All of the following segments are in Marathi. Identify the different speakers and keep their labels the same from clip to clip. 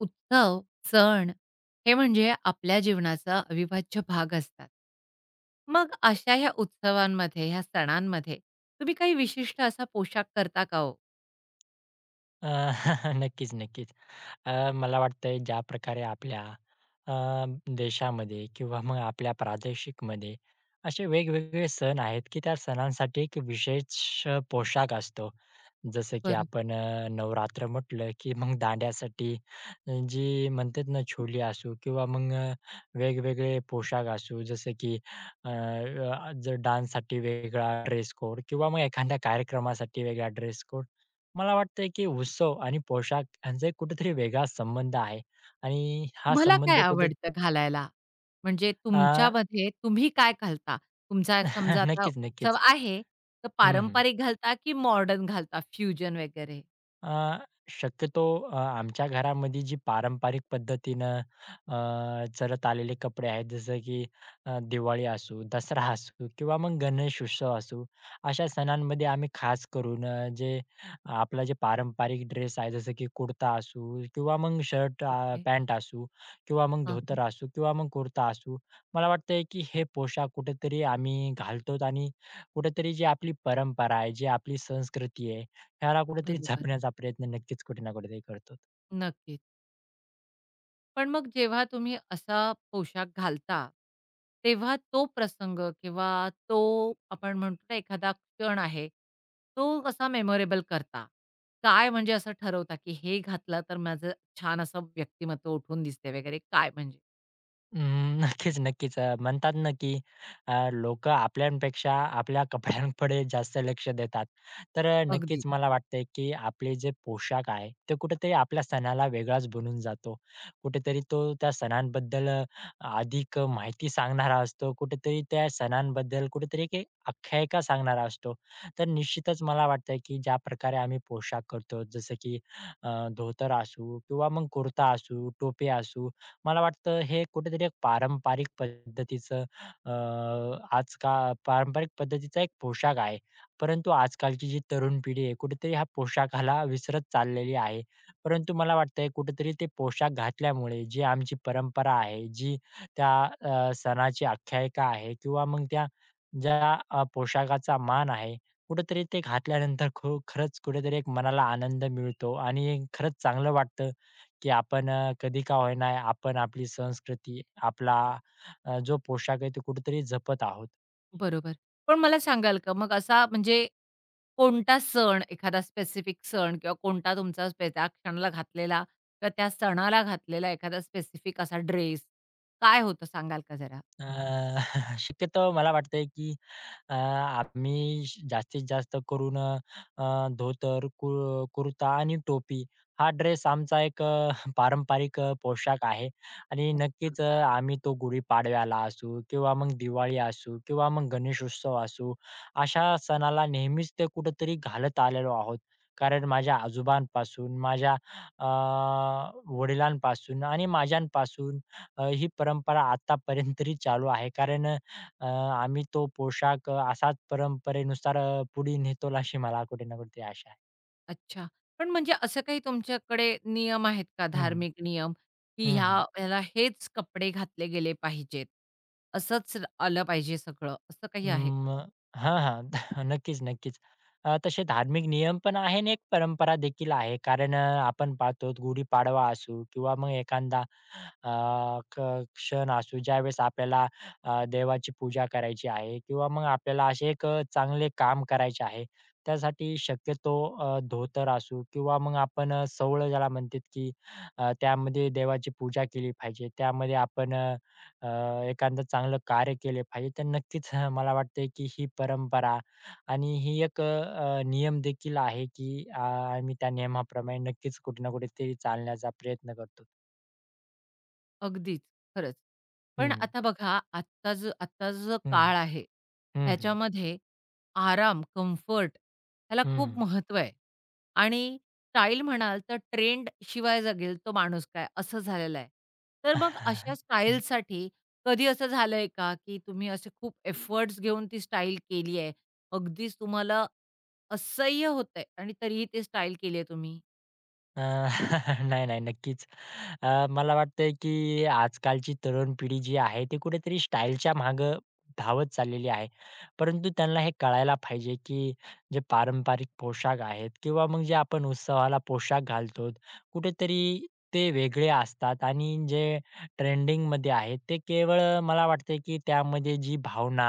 Speaker 1: उत्सव, सण हे म्हणजे आपल्या जीवनाचा अविभाज्य भाग असतात. मग अशा ह्या उत्सवांमध्ये, ह्या सणांमध्ये तुम्ही काही विशिष्ट असा पोशाख करता का हो?
Speaker 2: अ, नक्कीच, नक्कीच. मला वाटतंय ज्या प्रकारे आपल्या अ, देशामध्ये किंवा मग आपल्या प्रादेशिकमध्ये असे वेगवेगळे सण आहेत, की त्या सणांसाठी एक विशेष पोशाख असतो. जसं की
Speaker 1: बरोबर.
Speaker 2: आपण नवरात्र म्हटलं की मग दांड्यासाठी जी म्हणतात ना चोली असू किंवा मग वेगवेगळे पोशाख असू जसं की अ, अ, जर डान्ससाठी वेगळा ड्रेस कोड किंवा मग एखाद्या कार्यक्रमासाठी वेगळा ड्रेस कोड. मला वाटतंय की उत्सव आणि पोशाख यांचा एक कुठेतरी वेगळा संबंध आहे आणि हा
Speaker 1: तुम्हाला काय
Speaker 2: संबंध कुठे
Speaker 1: आवडतं घालायला? म्हणजे
Speaker 2: अ,
Speaker 1: तुमच्यामध्ये तुम्ही काय घालता? तुमचा समजा आता
Speaker 2: नक्कीच,
Speaker 1: उत्सव
Speaker 2: नक्कीच.
Speaker 1: आहे, तर
Speaker 2: हं, हं.
Speaker 1: पारंपरिक घालता की मॉडर्न घालता, फ्युजन वगैरे?
Speaker 2: अ, शक्यतो आमच्या घरामध्ये जी पारंपरिक पद्धतीनं चालत आलेले कपडे आहेत, जसं की दिवाळी असू, दसरा असू किंवा मग गणेश उत्सव असू, अशा सणांमध्ये आम्ही खास करून जे आपला जे पारंपरिक ड्रेस आहे, जसं की कुर्ता असू किंवा मग शर्ट
Speaker 1: ओके.
Speaker 2: पॅन्ट असू किंवा मग
Speaker 1: हां,
Speaker 2: धोतर
Speaker 1: हां.
Speaker 2: असू किंवा मग कुर्ता असू. मला वाटतंय की हे पोशाख कुठेतरी आम्ही घालतो आणि कुठेतरी जी आपली परंपरा आहे, जी आपली संस्कृती आहे ह्याला कुठेतरी
Speaker 1: बरोबर.
Speaker 2: झापण्याचा प्रयत्न नक्कीच कुठे ना कुठेतरी करतो.
Speaker 1: नक्कीच. पण मग जेव्हा तुम्ही असा पोशाख घालता, तेव्हा तो प्रसंग किंवा तो आपण म्हणतो ना एखादा क्षण आहे, तो कसा मेमोरेबल करता? काय म्हणजे असं ठरवता, की हे घातलं तर माझं छान असं व्यक्तिमत्व उठून दिसते वगैरे काय म्हणजे?
Speaker 2: अं, नक्कीच, नक्कीच. म्हणतात ना, की लोकं आपल्यापेक्षा आपल्या कपड्यांकडे जास्त लक्ष देतात. तर
Speaker 1: अगदी.
Speaker 2: नक्कीच मला वाटतंय, की आपले जे पोशाख आहे, ते कुठेतरी आपल्या सणाला वेगळाच बनून जातो. कुठेतरी तो त्या सणांबद्दल अधिक माहिती सांगणारा असतो. कुठेतरी त्या सणांबद्दल कुठेतरी एक एक आख्यायिका सांगणारा असतो. तर निश्चितच मला वाटतंय, की ज्या प्रकारे आम्ही पोशाख करतो, जसं की धोतर असू किंवा मग कुर्ता असू, टोपी असू. मला वाटतं हे कुठेतरी एक पारंपरिक पद्धतीचं अ, आज का पारंपरिक पद्धतीचा एक पोशाख आहे. परंतु आजकालची जी तरुण पिढी आहे कुठेतरी हा पोशाखाला विसरत चाललेली आहे. परंतु मला वाटतंय कुठेतरी ते पोशाख घातल्यामुळे जी आमची परंपरा आहे, जी त्या सणाची आख्यायिका आहे किंवा मग त्या ज्या पोशाखाचा मान आहे, कुठेतरी ते घातल्यानंतर खरंच कुठेतरी एक मनाला आनंद मिळतो आणि खरंच चांगलं वाटतं की आपण कधी का होईना आपण आपली संस्कृती, आपला जो पोशाख आहे, तो कुठेतरी जपत आहोत.
Speaker 1: बरोबर. पण मला सांगाल का मग असा म्हणजे कोणता सण, एखादा स्पेसिफिक सण किंवा कोणता तुमचा त्या क्षणाला घातलेला किंवा त्या सणाला घातलेला एखादा स्पेसिफिक असा ड्रेस काय होतं सांगाल का जरा?
Speaker 2: अ, शक्यतो मला वाटतंय की आम्ही जास्तीत जास्त करून अ, अ, धोतर, कुर्ता आणि टोपी हा ड्रेस आमचा एक पारंपरिक पोशाख आहे आणि नक्कीच आम्ही तो गुढीपाडव्याला असू किंवा मग दिवाळी असू किंवा मग गणेशोत्सव असू, अशा सणाला नेहमीच ते कुठेतरी घालत आलेलो आहोत. कारण माझ्या आजोबांपासून, माझ्या अ, वडिलांपासून आणि माझ्यापासून ही परंपरा आतापर्यंत तरी चालू आहे. कारण आम्ही तो पोशाख असाच परंपरेनुसार पुढे नेतो अशी मला कुठे ना कुठे आशा आहे.
Speaker 1: अच्छा. पण म्हणजे असं काही तुमच्याकडे नियम आहेत का
Speaker 2: हं, हं.
Speaker 1: धार्मिक नियम, की ह्या
Speaker 2: हं,
Speaker 1: ह्याला हेच कपडे घातले गेले पाहिजेत, असंच आलं पाहिजे सगळं, असं काही आहे?
Speaker 2: अं, हां, हां. नक्कीच, नक्कीच. तसे धार्मिक नियम पण आहे आणि एक परंपरा देखील आहे. कारण आपण पाहतो गुढीपाडवा असू किंवा मग एखादा अ, क क्षण असू ज्यावेळेस आपल्याला देवाची पूजा करायची आहे किंवा मग आपल्याला असे एक चांगले काम करायचे आहे. त्यासाठी शक्यतो धोतर असू किंवा मग आपण सोवळं ज्याला म्हणतात की त्यामध्ये देवाची पूजा केली पाहिजे. त्यामध्ये आपण अ, एखादं चांगलं कार्य केले पाहिजे. तर नक्कीच मला वाटतंय की ही परंपरा आणि ही एक नियम देखील आहे की आम्ही त्या नियमाप्रमाणे नक्कीच कुठे ना कुठेतरी चालण्याचा प्रयत्न करतो.
Speaker 1: अगदीच, खरंच. पण
Speaker 2: हं,
Speaker 1: आता बघा आत्ता जो
Speaker 2: हं,
Speaker 1: काळ आहे,
Speaker 2: हं, हं,
Speaker 1: ह्याच्यामध्ये आराम, कम्फर्ट ह्याला खूप
Speaker 2: हं,
Speaker 1: महत्त्व आहे आणि स्टाईल म्हणाल तर ट्रेंड शिवाय जगेल तो माणूस काय असं झालेलं आहे. तर मग अशा स्टाईलसाठी कधी असं झालंय का, की तुम्ही असे खूप एफर्ट्स घेऊन ती स्टाईल केली आहे. अगदीच तुम्हाला असह्य होतंय आणि तरीही ती स्टाईल केली आहे तुम्ही?
Speaker 2: अ, नाही, नाही. नक्कीच. मला वाटतंय की आजकालची तरुण पिढी जी आहे, ती कुठेतरी स्टाईलच्या मागं धावत चाललेली आहे. परंतु त्यांना हे कळायला पाहिजे की जे पारंपरिक पोशाख आहेत किंवा मग जे आपण उत्सवाला पोशाख घालतो, कुठेतरी ते वेगळे असतात आणि जे ट्रेंडिंगमध्ये आहेत, ते केवळ मला वाटतंय की त्यामध्ये जी भावना,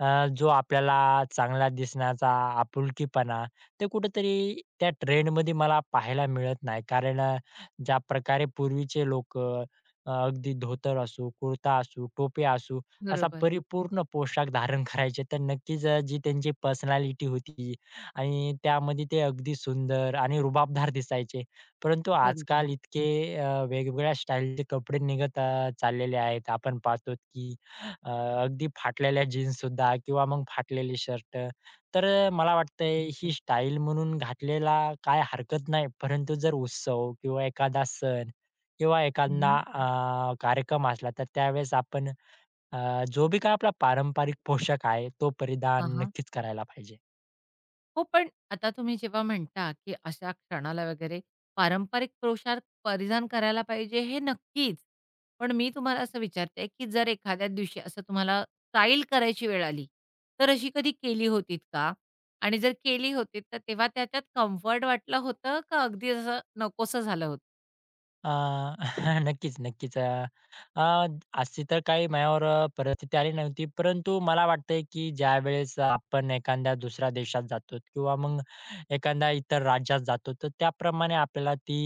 Speaker 2: जो आपल्याला चांगला दिसण्याचा आपुलकीपणा ते कुठेतरी त्या ट्रेंडमध्ये मला पाहायला मिळत नाही. कारण ज्या प्रकारे पूर्वीचे लोकं अगदी धोतर असो, कुर्ता असो, टोप्या असो, असा
Speaker 1: बरोबर,
Speaker 2: परिपूर्ण पोशाख धारण करायचे. तर नक्कीच जी त्यांची पर्सनॅलिटी होती आणि त्यामध्ये ते अगदी सुंदर आणि रुबाबदार दिसायचे. परंतु
Speaker 1: बरोबर,
Speaker 2: आजकाल इतके वेगवेगळ्या स्टाईलचे कपडे निघत चाललेले आहेत. आपण पाहतो की अ, अगदी फाटलेल्या जीन्ससुद्धा किंवा मग फाटलेले शर्ट तर मला वाटतंय ही
Speaker 1: बरोबर.
Speaker 2: स्टाईल म्हणून घातलेला काय हरकत नाही. परंतु जर उत्सव किंवा एखादा सण किंवा एखादा
Speaker 1: हं,
Speaker 2: कार्यक्रम असला, तर त्यावेळेस आपण जो बी काही आपला पारंपरिक पोशाख आहे, तो परिधान नक्कीच करायला पाहिजे.
Speaker 1: हो, पण आता तुम्ही जेव्हा म्हणता, की अशा क्षणाला वगैरे पारंपरिक पोशाख परिधान करायला पाहिजे हे नक्कीच. पण मी तुम्हाला असं विचारते, की जर एखाद्या दिवशी असं तुम्हाला स्टाईल करायची वेळ आली, तर अशी कधी केली होतीत का? आणि जर केली होतीत, तर तेव्हा त्याच्यात कम्फर्ट वाटलं होतं का अगदी असं नकोसं झालं
Speaker 2: अ, नक्कीच, नक्कीच. अ, अ, अशी तर काही माझ्यावर परिस्थिती आली नव्हती. परंतु मला वाटतंय, की ज्यावेळेस आपण एखाद्या दुसऱ्या देशात जातो किंवा मग एखाद्या इतर राज्यात जातो, तर त्याप्रमाणे आपल्याला ती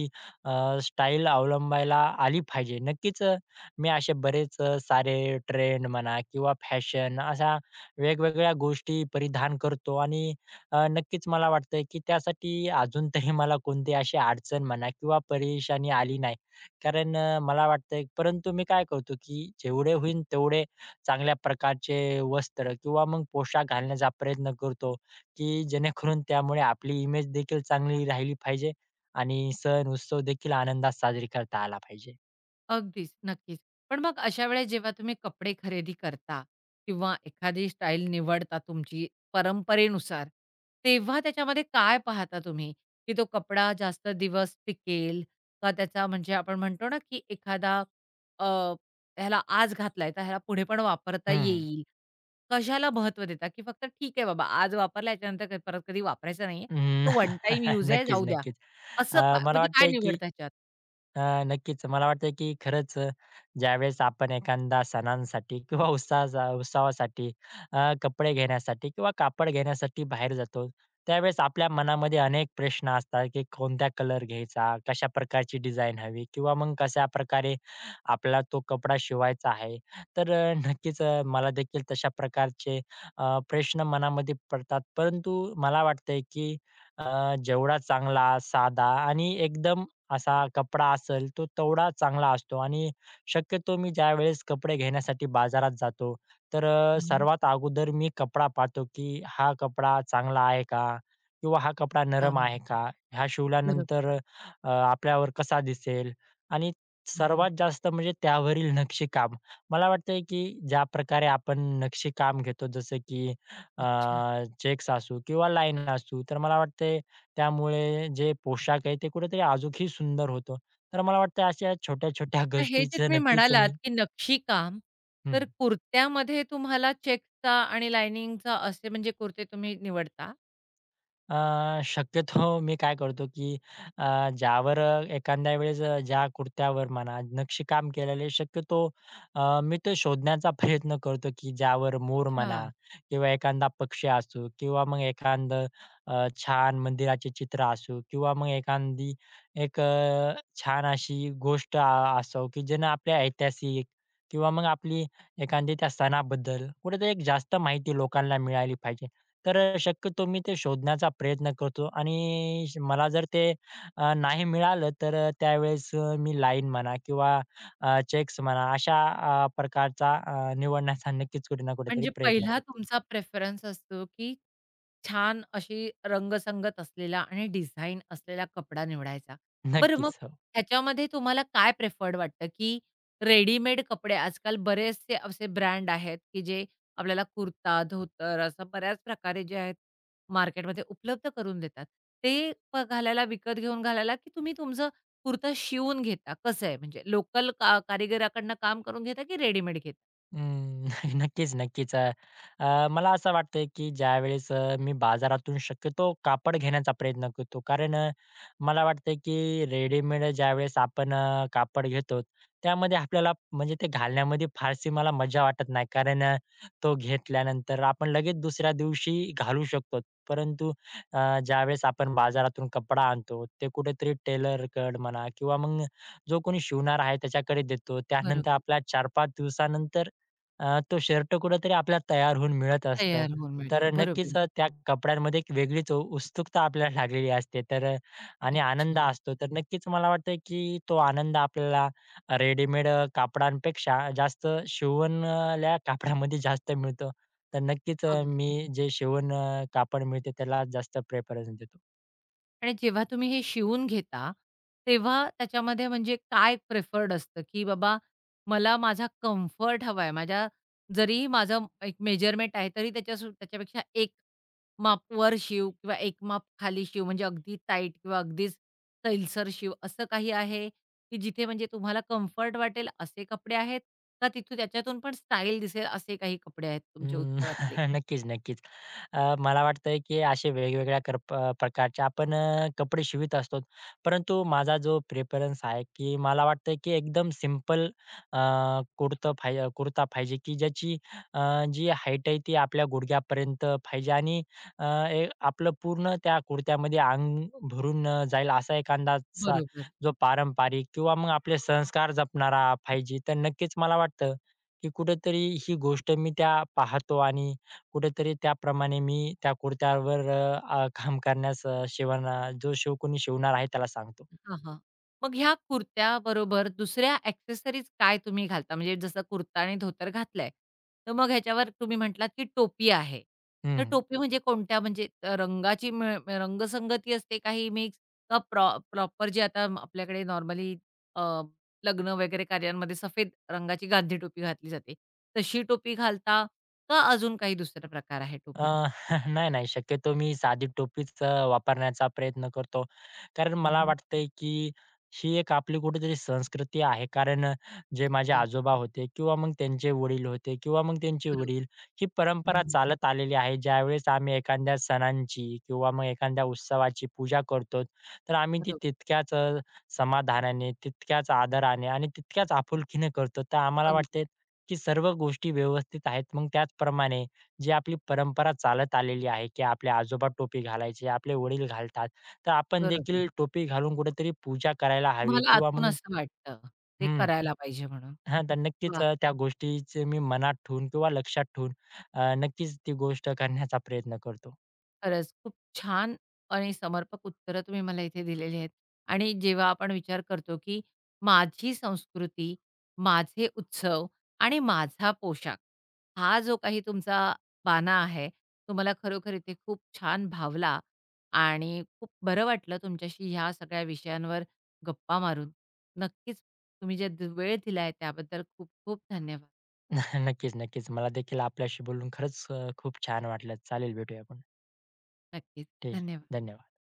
Speaker 2: स्टाईल अवलंबायला आली पाहिजे. नक्कीच मी असे बरेच सारे ट्रेंड म्हणा किंवा फॅशन अशा वेगवेगळ्या गोष्टी परिधान करतो आणि नक्कीच मला वाटतंय, की त्यासाठी अजून तरी मला कोणती अशी अडचण म्हणा किंवा परेशानी आली नाही. कारण मला वाटतंय परंतु मी काय करतो, की जेवढे होईल तेवढे चांगल्या प्रकारचे वस्त्र किंवा मग पोशाख घालण्याचा प्रयत्न करतो, की जेणेकरून त्यामुळे आपली इमेज देखील चांगली राहिली पाहिजे आणि सण-उत्सव देखील आनंदात साजरी करता आला पाहिजे.
Speaker 1: अगदीच, नक्कीच. पण मग अशा वेळेस जेव्हा तुम्ही कपडे खरेदी करता किंवा एखादी स्टाईल निवडता तुमची परंपरेनुसार, तेव्हा त्याच्यामध्ये काय पाहता तुम्ही? की तो कपडा जास्त दिवस टिकेल का त्याचा म्हणजे आपण म्हणतो ना, की एखादा अ, ह्याला आज घातलाय तर ह्याला पुढे पण वापरता
Speaker 2: हं,
Speaker 1: येईल. कशाला महत्त्व देता? की फक्त ठीक आहे बाबा आज वापरला याच्यानंतर काही परत कधी वापरायचा नाहीये.
Speaker 2: हं.
Speaker 1: तो वन टाईम यूज आहे,
Speaker 2: नक्कीच,
Speaker 1: जाऊ द्या.
Speaker 2: नक्कीच.
Speaker 1: असं काय
Speaker 2: मला
Speaker 1: म्हणजे काय
Speaker 2: वाटतंय, की
Speaker 1: निवडता ह्याच्यात?
Speaker 2: अ, नक्कीच. मला वाटतं की खरंच ज्यावेळेस आपण एखादा सणांसाठी किंवा उत्सवासाठी कपडे घेण्यासाठी किंवा कापड घेण्यासाठी बाहेर जातो, त्यावेळेस आपल्या मनामध्ये अनेक प्रश्न असतात की कोणता कलर घ्यायचा, कशा प्रकारची डिझाइन हवी किंवा मग कशा प्रकारे आपला तो कपडा शिवायचा आहे. तर नक्कीच मला देखील तशा प्रकारचे प्रश्न मनामध्ये पडतात. परंतु मला वाटतंय की जेवढा चांगला, साधा आणि एकदम असा कपडा असेल तो तेवढा चांगला असतो आणि शक्यतो मी ज्यावेळेस कपडे घेण्यासाठी बाजारात जातो, तर
Speaker 1: हां, हां.
Speaker 2: सर्वात अगोदर मी कपडा पाहतो, की हा कपडा चांगला आहे का? किंवा हा कपडा नरम आहे का? हा
Speaker 1: बरोबर.
Speaker 2: शिवल्यानंतर आपल्यावर कसा दिसेल? आणि
Speaker 1: हं, हं.
Speaker 2: सर्वात जास्त म्हणजे त्यावरील नक्षीकाम. मला वाटतंय, की ज्या प्रकारे आपण नक्षीकाम घेतो जसं की अ,
Speaker 1: अच्छा.
Speaker 2: चेक्स असू किंवा लाईन असू, तर मला वाटतंय त्यामुळे जे पोशाख आहे ते कुठेतरी अजूकही सुंदर होतो. तर मला वाटतं अशा छोट्या-छोट्या
Speaker 1: आता हे जे
Speaker 2: गोष्टीचं
Speaker 1: तुम्ही
Speaker 2: नक्कीच
Speaker 1: म्हणालात,
Speaker 2: मी
Speaker 1: की नक्षीकाम, तर
Speaker 2: हं.
Speaker 1: कुर्त्यामध्ये तुम्हाला चेक्सचा आणि लाइनिंगचा असे म्हणजे कुर्ते तुम्ही निवडता?
Speaker 2: शक्यतो मी काय करतो, की अ, ज्यावर एखाद्या वेळेस ज्या कुर्त्यावर म्हणा नक्षीकाम केलेले शक्यतो मी ते शोधण्याचा प्रयत्न करतो, की ज्यावर मोर म्हणा किंवा एखादा पक्षी असू किंवा मग एखादं छान मंदिराचे चित्र असू किंवा मग एखादी एक छान अशी गोष्ट असो, की ज्यानं आपल्या ऐतिहासिक किंवा मग आपली एखादी त्या सणाबद्दल कुठेतरी एक जास्त माहिती लोकांना मिळाली पाहिजे. तर शक्यतो मी ते शोधण्याचा प्रयत्न करतो आणि मला जर ते नाही मिळालं तर त्यावेळेस मी लाईन म्हणा किंवा चेक्स म्हणा अशा प्रकारचा निवडण्याचा नक्कीच कुठे ना कुठेतरी
Speaker 1: म्हणजे
Speaker 2: प्रयत्न
Speaker 1: पहिला
Speaker 2: करतो.
Speaker 1: तुमचा प्रेफरन्स असतो, की छान अशी रंगसंगत असलेला आणि डिझाइन असलेला कपडा निवडायचा. बरं मग
Speaker 2: नक्कीच. हो.
Speaker 1: ह्याच्यामध्ये तुम्हाला काय प्रिफर्ड वाटतं, की रेडीमेड कपडे आजकाल बरेचसे असे ब्रँड आहेत, की जे आपल्याला कुर्ता, धोतर असं बऱ्याच प्रकारे जे आहेत मार्केटमध्ये उपलब्ध करून देतात. ते घालायला विकत घेऊन घालायला, की तुम्ही तुमचं कुर्ता शिवून घेता? कसं आहे म्हणजे लोकल का कारिगराकडनं काम करून घेता, की रेडीमेड घेता?
Speaker 2: अं, नक्कीच, नक्कीच. अ, अ, मला असं वाटतंय, की ज्यावेळेस मी बाजारातून शक्यतो कापड घेण्याचा प्रयत्न करतो. कारण मला वाटतंय, की रेडीमेड ज्यावेळेस आपण कापड घेतो, त्यामध्ये आपल्याला म्हणजे ते घालण्यामध्ये फारशी मला मजा वाटत नाही. कारण तो घेतल्यानंतर आपण लगेच दुसऱ्या दिवशी घालू शकतो. परंतु अ, ज्यावेळेस आपण बाजारातून कपडा आणतो, ते कुठेतरी टेलरकडे म्हणा किंवा मग जो कोणी शिवणारा आहे त्याच्याकडे देतो. त्यानंतर
Speaker 1: बरोबर.
Speaker 2: आपल्याला 4-5 दिवसानंतर तो शर्ट कुठेतरी आपल्याला तयार होऊन मिळत असतं.
Speaker 1: तयार होऊन
Speaker 2: तर
Speaker 1: मिळतो. बरोबर
Speaker 2: नक्कीच
Speaker 1: आहे.
Speaker 2: त्या कपड्यांमध्ये एक वेगळीच उत्सुकता आपल्याला लागलेली असते. तर आणि
Speaker 1: अच्छा.
Speaker 2: आनंद
Speaker 1: हं.
Speaker 2: असतो. तर नक्कीच मला वाटतं, की तो आनंद आपल्याला रेडीमेड कापडांपेक्षा जास्त शिवणल्या कापडामध्ये जास्त मिळतो. तर नक्कीच
Speaker 1: अगदी.
Speaker 2: मी जे शिवण कापड मिळते त्याला जास्त प्रेफरन्स देतो.
Speaker 1: आणि जेव्हा तुम्ही हे शिवून घेता, तेव्हा त्याच्यामध्ये म्हणजे काय प्रिफर्ड असतं, की बाबा मला माझा कम्फर्ट हवाय. माझ्या जरी माझं एक मेजरमेंट आहे, तरी त्याच्या त्याच्यापेक्षा 1 माप वर शिव किंवा 1 माप खाली शिव म्हणजे अगदी टाईट किंवा अगदीच सैलसर शिव असं काही आहे, की जिथे म्हणजे तुम्हाला कम्फर्ट वाटेल असे कपडे आहेत? का तिथून त्याच्यातून पण स्टाईल दिसेल असे काही कपडे आहेत तुमचे
Speaker 2: हं,
Speaker 1: उत्सवातले?
Speaker 2: नक्कीच, नक्कीच. मला वाटतंय की असे वेगवेगळ्या प्रकारचे आपण कपडे शिवत असतो. परंतु माझा जो प्रेफरन्स आहे की मला वाटतं की एकदम सिंपल अ, कुर्ता पाहिजे की ज्याची अ, जी हाईट आहे ती आपल्या गुडघ्यापर्यंत पाहिजे आणि अ, ए आपलं पूर्ण त्या कुर्त्यामध्ये अंग भरून जाईल असा एखादाचा
Speaker 1: बरोबर.
Speaker 2: जो पारंपरिक किंवा मग आपले संस्कार जपणारा पाहिजे. तर नक्कीच मला वाटतं की कुठेतरी ही गोष्ट मी त्या पाहतो आणि कुठेतरी त्याप्रमाणे मी त्या कुर्त्यावर काम करण्यास जो कोणी शिवणार आहे त्याला सांगतो.
Speaker 1: हां, हां. मग ह्या कुर्त्याबरोबर दुसऱ्या एक्सेसरीज काय तुम्ही घालता? म्हणजे जसं कुर्ता आणि धोतर घातलंय, तर मग ह्याच्यावर तुम्ही म्हटलात, की टोपी आहे. तर
Speaker 2: हं.
Speaker 1: टोपी म्हणजे कोणत्या म्हणजे रंगाची म्हणजे रंगसंगती असते काही मिक्स का प्रॉपर जे आता आपल्याकडे नॉर्मली लग्न वगैरे कार्यांमध्ये सफेद रंगाची गांधी टोपी घातली जाते. तशी टोपी घालता का अजून काही दुसरा प्रकार आहे
Speaker 2: अ,
Speaker 1: टोपीचा?
Speaker 2: नाही, नाही. शक्यतो मी साधी टोपीच वापरण्याचा प्रयत्न करतो. कारण
Speaker 1: हं,
Speaker 2: मला
Speaker 1: हं.
Speaker 2: वाटतंय, की ही एक आपली कुठेतरी संस्कृती आहे. कारण जे माझे आजोबा होते किंवा मग त्यांचे वडील होते किंवा मग त्यांचे
Speaker 1: बरोबर.
Speaker 2: वडील, ही परंपरा
Speaker 1: हं,
Speaker 2: चालत आलेली आहे. ज्यावेळेस आम्ही एखाद्या सणांची किंवा मग एखाद्या उत्सवाची पूजा करतो, तर आम्ही ती
Speaker 1: बरोबर.
Speaker 2: तितक्याच समाधानाने, तितक्याच आदराने आणि तितक्याच आपुलकीने करतो. तर आम्हाला
Speaker 1: अगदी.
Speaker 2: वाटते, की सर्व गोष्टी व्यवस्थित आहेत. मग त्याचप्रमाणे जी आपली परंपरा चालत आलेली आहे, की आपले आजोबा टोपी घालायचे, आपले वडील घालतात. तर आपण
Speaker 1: बरोबर.
Speaker 2: देखील टोपी घालून कुठेतरी पूजा करायला हवी
Speaker 1: तुम्हाला
Speaker 2: किंवा
Speaker 1: आतून
Speaker 2: मग
Speaker 1: असं वाटतं, ते
Speaker 2: हं,
Speaker 1: करायला पाहिजे म्हणून.
Speaker 2: हां, तर नक्कीच
Speaker 1: वाह!
Speaker 2: त्या गोष्टीचे मी मनात ठेवून किंवा लक्षात ठेवून नक्कीच ती गोष्ट करण्याचा प्रयत्न करतो.
Speaker 1: खरंच खूप छान आणि समर्पक उत्तरं तुम्ही मला इथे दिलेली आहेत. आणि जेव्हा आपण विचार करतो, की माझी संस्कृती, माझे उत्सव आणि माझा पोशाख हा जो काही तुमचा बाना आहे, तो मला खरोखर इथे खूप छान भावला आणि खूप बरं वाटलं तुमच्याशी ह्या सगळ्या विषयांवर गप्पा मारून. नक्कीच तुम्ही जे वेळ दिला त्याबद्दल खूप खूप धन्यवाद.
Speaker 2: नक्कीच, नक्कीच. मला देखील आपल्याशी बोलून खरंच खूप छान वाटलं. चालेल, भेटूया आपण.
Speaker 1: नक्कीच,
Speaker 2: ठीक आहे.
Speaker 1: धन्यवाद.
Speaker 2: धन्यवाद.